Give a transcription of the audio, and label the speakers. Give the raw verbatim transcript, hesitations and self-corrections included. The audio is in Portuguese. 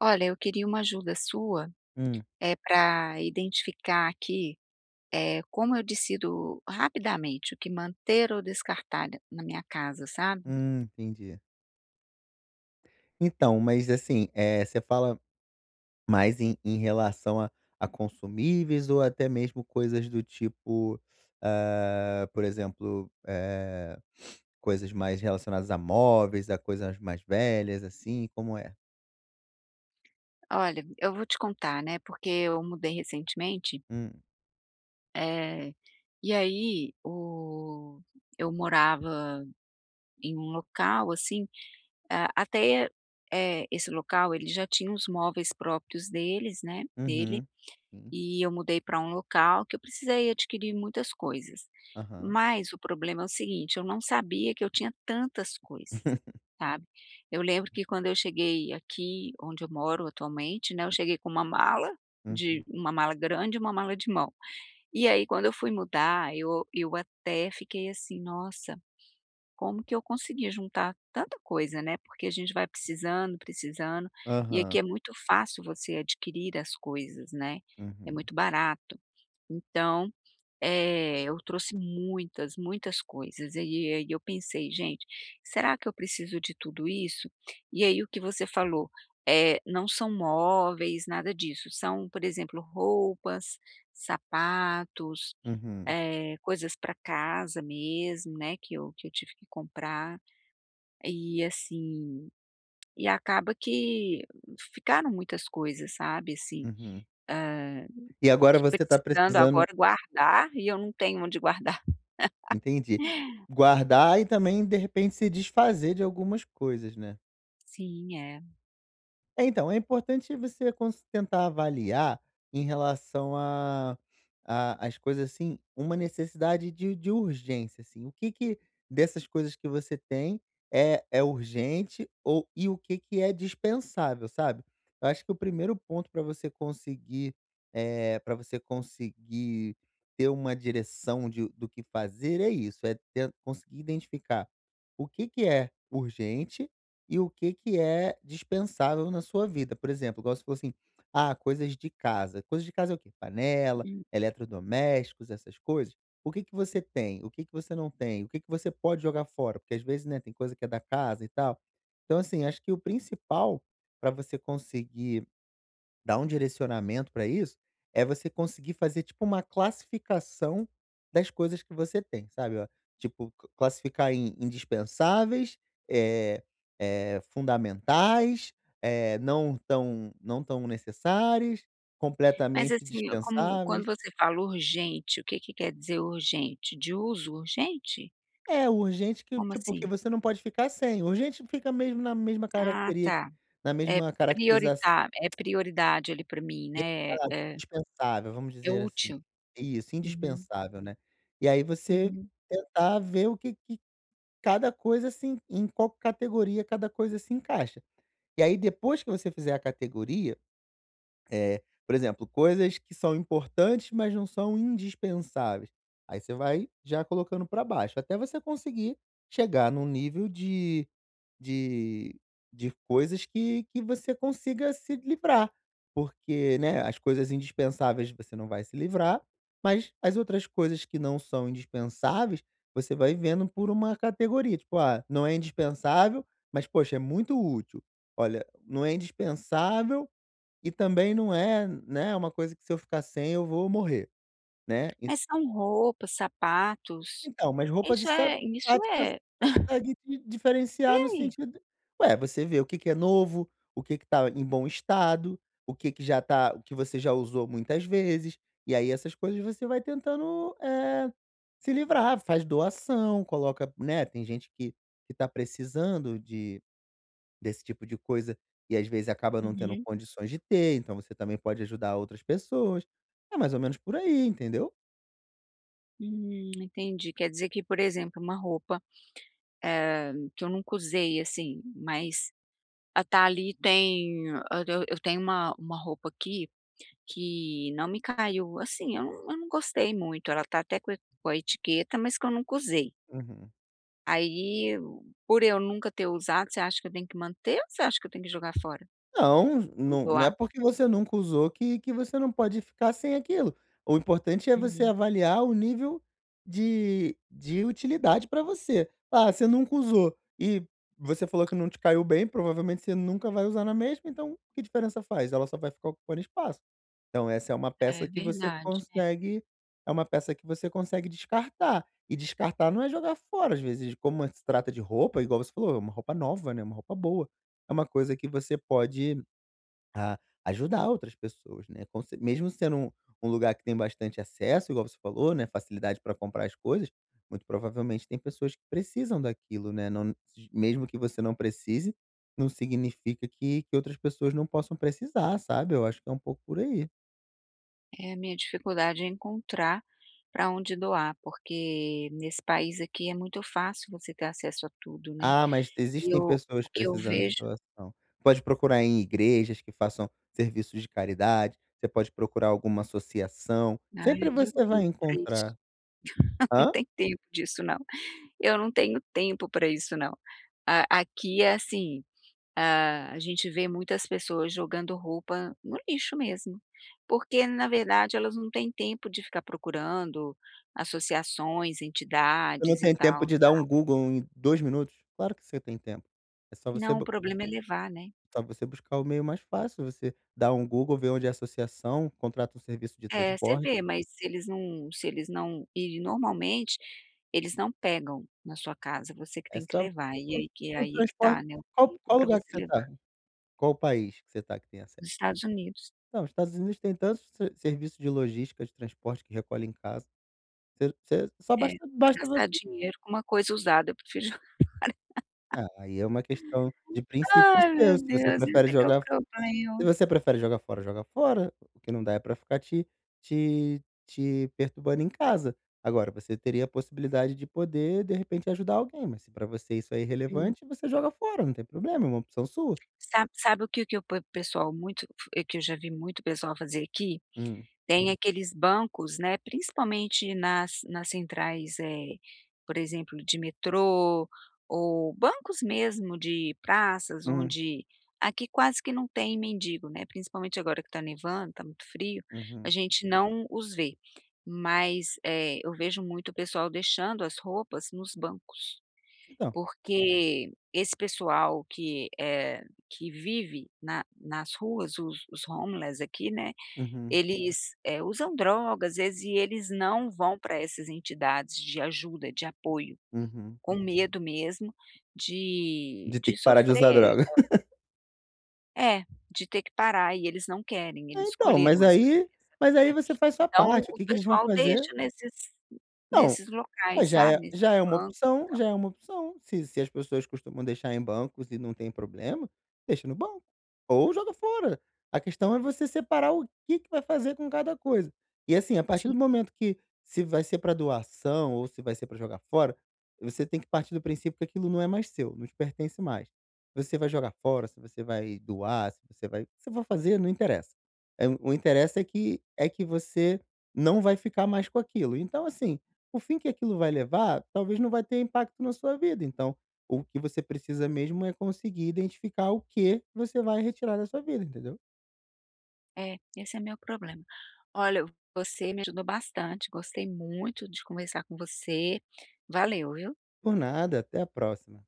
Speaker 1: Olha, eu queria uma ajuda sua,
Speaker 2: Hum,
Speaker 1: é para identificar aqui, é como eu decido rapidamente o que manter ou descartar na minha casa, sabe.
Speaker 2: hum, entendi. Então, mas assim, é você fala mais em em relação a a consumíveis ou até mesmo coisas do tipo, ah, por exemplo, eh, coisas mais relacionadas a móveis, a coisas mais velhas, assim, como é?
Speaker 1: Olha, eu vou te contar, né, porque eu mudei recentemente,
Speaker 2: Hum,
Speaker 1: eh, e aí o eu morava em um local, assim, a até, eh, esse local ele já tinha os móveis próprios deles, né, dele
Speaker 2: uhum, sim,
Speaker 1: e eu mudei para um local que eu precisei adquirir muitas coisas.
Speaker 2: aham.
Speaker 1: Mas o problema é o seguinte, eu não sabia que eu tinha tantas coisas, sabe. Eu lembro que quando eu cheguei aqui onde eu moro atualmente, né, eu cheguei com uma mala de
Speaker 2: Uhum,
Speaker 1: uma mala grande e uma mala de mão. E aí quando eu fui mudar, eu eu até fiquei assim: "Nossa". Como que eu conseguia juntar tanta coisa, né, porque a gente vai precisando, precisando, e
Speaker 2: aham,
Speaker 1: aqui é muito fácil você adquirir as coisas, né, é
Speaker 2: uhum,
Speaker 1: muito barato. Então, eh, eu trouxe muitas, muitas coisas, e aí eu pensei: "Gente, será que eu preciso de tudo isso?". E aí o que você falou, eh, não são móveis, nada disso, são, por exemplo, roupas, sapatos,
Speaker 2: uhum,
Speaker 1: eh, coisas para casa mesmo, né, que eu que eu tive que comprar. E assim, e acaba que ficaram muitas coisas, sabe, assim,
Speaker 2: uhum.
Speaker 1: hã,
Speaker 2: E agora
Speaker 1: que
Speaker 2: você está
Speaker 1: precisando
Speaker 2: precisando
Speaker 1: agora guardar e eu não tenho onde guardar.
Speaker 2: entendi. Guardar e também, de repente, se desfazer de algumas coisas, né?
Speaker 1: Sim, é.
Speaker 2: É, então, é importante você cons tentar avaliar em relação a a às coisas, assim, uma necessidade de de urgência, assim. O que que dessas coisas que você tem é é urgente ou e o que que é dispensável, sabe. Eu acho que o primeiro ponto para você conseguir, para você conseguir ter uma direção de do que fazer é isso, é ten conseguir identificar o que que é urgente e o que que é dispensável na sua vida. Por exemplo, igual você falou assim: "Ah, coisas de casa". Coisas de casa é o quê? Panela,
Speaker 1: Hum.
Speaker 2: eletrodomésticos, essas coisas. O que que você tem? O que que você não tem? O que que você pode jogar fora? Porque às vezes, né, tem coisa que é da casa e tal. Então, assim, acho que o principal para você conseguir dar um direcionamento para isso, é você conseguir fazer tipo uma classificação das coisas que você tem, sabe, ó, tipo cla classificar em indispensáveis, é é fundamentais, é não tão não tão necessárias,
Speaker 1: Mas
Speaker 2: completamente
Speaker 1: assim, eu- como quando
Speaker 2: dispensáveis.
Speaker 1: você fala urgente, o que que quer dizer urgente? De uso urgente?
Speaker 2: É, urgente que
Speaker 1: Como
Speaker 2: tipo que
Speaker 1: assim?
Speaker 2: você não pode ficar sem, urgente fica mesmo na mesma
Speaker 1: Ah,
Speaker 2: caracteria
Speaker 1: tá.
Speaker 2: na
Speaker 1: É
Speaker 2: mesma caracteriza.
Speaker 1: prioritar é prioridade ali para mim, né,
Speaker 2: Exato,
Speaker 1: é
Speaker 2: indispensável, vamos
Speaker 1: é
Speaker 2: dizer assim.
Speaker 1: útil.
Speaker 2: Isso,
Speaker 1: Uhum,
Speaker 2: indispensável, né. E aí você
Speaker 1: uhum.
Speaker 2: tentar ver o que que cada coisa se em qual categoria cada coisa se encaixa. E aí depois que você fizer a categoria, eh, por exemplo, coisas que são importantes, mas não são indispensáveis, aí você vai já colocando pra baixo, até você conseguir chegar num nível de de de coisas que que você consiga se livrar, porque, né, as coisas indispensáveis você não vai se livrar, mas as outras coisas que não são indispensáveis, você vai vendo por uma categoria, tipo: "Ah, não é indispensável, mas poxa, é muito útil. Olha, não é indispensável e também não é, né, uma coisa que se eu ficar sem eu vou morrer", né.
Speaker 1: Mas são roupas, sapatos,
Speaker 2: Então, mas roupas e
Speaker 1: isso é isso
Speaker 2: sapatos você
Speaker 1: é
Speaker 2: consegue di
Speaker 1: e
Speaker 2: diferenciar no
Speaker 1: aí?
Speaker 2: sentido ué, você vê o que que é novo, o que que tá em bom estado, o que que já tá o que você já usou muitas vezes, e aí essas coisas você vai tentando, eh, se livrar, faz doação, coloca né, tem gente que que tá precisando de desse tipo de coisa e às vezes acaba não tendo
Speaker 1: Uhum.
Speaker 2: condições de ter, então você também pode ajudar outras pessoas. É mais ou menos por aí, entendeu?
Speaker 1: Hum, entendi. Quer dizer que, por exemplo, uma roupa que eu nunca usei, assim, mas a tá ali tem ah, eu eu tenho uma uma roupa aqui que não me caiu, assim, eu não eu não gostei muito, ela tá até com e com a etiqueta, mas que eu nunca usei.
Speaker 2: Uhum.
Speaker 1: Aí, eu- por eu nunca ter usado, você acha que eu tenho que manter ou você acha que eu tenho que jogar fora
Speaker 2: Não,
Speaker 1: ou
Speaker 2: não não é
Speaker 1: doar?
Speaker 2: porque você nunca usou que que você não pode ficar sem aquilo. O importante é você
Speaker 1: Uhum.
Speaker 2: avaliar o nível de de utilidade para você. Ah, você nunca usou e você falou que não te caiu bem, provavelmente você nunca vai usar na mesma, então que diferença faz? Ela só vai ficar ocupando espaço. Então essa é uma
Speaker 1: É
Speaker 2: peça que você
Speaker 1: verdade, né.
Speaker 2: consegue é uma peça que você consegue descartar. E descartar não é jogar fora, às vezes, como se trata de roupa, igual você falou, é uma roupa nova, né, uma roupa boa. É uma coisa que você pode, ah, ajudar outras pessoas, né, com ce mesmo sendo um um lugar que tem bastante acesso, igual você falou, né, facilidade para comprar as coisas, muito provavelmente tem pessoas que precisam daquilo, né, não mesmo que você não precise, não significa que que outras pessoas não possam precisar, sabe. Eu acho que é um pouco por aí.
Speaker 1: É, a minha dificuldade é encontrar para onde doar, porque nesse país aqui é muito fácil você ter acesso a tudo, né.
Speaker 2: Ah, mas
Speaker 1: E
Speaker 2: existem
Speaker 1: eu
Speaker 2: pessoas
Speaker 1: o que eu
Speaker 2: precisando de
Speaker 1: vejo
Speaker 2: doação. Pode procurar em igrejas que façam serviços de caridade, você pode procurar alguma associação,
Speaker 1: ai,
Speaker 2: sempre
Speaker 1: eu tenho
Speaker 2: você vai
Speaker 1: tempo para isso?
Speaker 2: encontrar.
Speaker 1: Não
Speaker 2: Hã?
Speaker 1: tem tempo disso não. Eu não tenho tempo para isso não. A aqui é assim, ah, a gente vê muitas pessoas jogando roupa no lixo mesmo, porque na verdade elas não têm tempo de ficar procurando associações,
Speaker 2: Você não
Speaker 1: entidades e
Speaker 2: tem
Speaker 1: tal.
Speaker 2: tempo de dar um Google em dois minutos? Claro que você tem tempo. É só você
Speaker 1: Não, o
Speaker 2: bu
Speaker 1: problema é levar, né.
Speaker 2: só você buscar o meio mais fácil, você dá um Google, vê onde é a associação, contrata um serviço de
Speaker 1: É, você
Speaker 2: transporte,
Speaker 1: vê, mas se eles não se eles não e normalmente eles não pegam na sua casa, você que
Speaker 2: é
Speaker 1: tem que
Speaker 2: só
Speaker 1: levar, e
Speaker 2: você-
Speaker 1: aí que
Speaker 2: o
Speaker 1: aí é que
Speaker 2: transporte
Speaker 1: tá, né, o
Speaker 2: qual
Speaker 1: tempo
Speaker 2: qual
Speaker 1: para
Speaker 2: lugar
Speaker 1: você
Speaker 2: que você está?
Speaker 1: levar
Speaker 2: Qual país que você está que tem
Speaker 1: nos
Speaker 2: acesso?
Speaker 1: Estados Unidos.
Speaker 2: Não, os Estados Unidos tem tantos se serviços de logística de transporte que recolhe em casa. Você você só
Speaker 1: É,
Speaker 2: basta basta
Speaker 1: gastar
Speaker 2: você
Speaker 1: dinheiro com uma coisa usada, eu prefiro.
Speaker 2: ah, aí é uma questão de princípio
Speaker 1: Ai meu
Speaker 2: seu, se você
Speaker 1: Deus, esse
Speaker 2: prefere
Speaker 1: que é o
Speaker 2: jogar se
Speaker 1: problema.
Speaker 2: você prefere jogar fora, joga fora, o que não dá é pra ficar te te te perturbando em casa. Agora, você teria a possibilidade de poder, de repente, ajudar alguém, mas se pra você isso é
Speaker 1: Hum.
Speaker 2: irrelevante, você joga fora, não tem problema, é uma opção sua.
Speaker 1: Sabe sabe o que que o pe pessoal muito f é que eu já vi muito pessoal fazer aqui?
Speaker 2: Hum,
Speaker 1: Tem aqueles bancos, né, principalmente nas nas centrais, eh, por exemplo, de metrô ou bancos mesmo de praças
Speaker 2: hum,
Speaker 1: onde aqui quase que não tem mendigo, né, principalmente agora que está nevando, está muito frio, a
Speaker 2: uhum.
Speaker 1: gente não os vê, mas, eh, eu vejo muito o pessoal deixando as roupas nos bancos,
Speaker 2: Então,
Speaker 1: porque esse pessoal que, é que vive na nas ruas, os os homeless aqui, né,
Speaker 2: uhum,
Speaker 1: eles, eh, usam drogas às vezes, e eles não vão para essas entidades de ajuda, de apoio,
Speaker 2: uhum.
Speaker 1: com Uhum. medo mesmo de
Speaker 2: De ter
Speaker 1: de
Speaker 2: que parar de usar
Speaker 1: sofrer
Speaker 2: droga.
Speaker 1: é, de ter que parar e eles não querem,
Speaker 2: É,
Speaker 1: eles
Speaker 2: então, mas
Speaker 1: escolheram essas
Speaker 2: aí
Speaker 1: essa
Speaker 2: mas aí
Speaker 1: vida.
Speaker 2: você faz sua
Speaker 1: Então
Speaker 2: parte, o
Speaker 1: o
Speaker 2: que que eles vão
Speaker 1: pessoal
Speaker 2: fazer?
Speaker 1: deixa nesses
Speaker 2: Não,
Speaker 1: nesses
Speaker 2: mas
Speaker 1: locais,
Speaker 2: já é
Speaker 1: sabe, nesses
Speaker 2: já é uma
Speaker 1: bancos.
Speaker 2: opção, já é uma opção. Se se as pessoas costumam deixar em bancos e não tem problema, deixa no banco ou joga fora. A questão é você separar o que que vai fazer com cada coisa. E, assim, a partir do momento que se vai ser para doação ou se vai ser para jogar fora, você tem que partir do princípio que aquilo não é mais seu, não te pertence mais. Você vai jogar fora, se você vai doar, se você vai o que você vai fazer, não interessa. Eh, o interessa é que é que você não vai ficar mais com aquilo. Então, assim, o fim que aquilo vai levar, talvez não vai ter impacto na sua vida, então, o que você precisa mesmo é conseguir identificar o que você vai retirar da sua vida, entendeu?
Speaker 1: É, esse é meu problema. Olha, você me ajudou bastante, gostei muito de conversar com você. Valeu, viu.
Speaker 2: Por nada, até a próxima.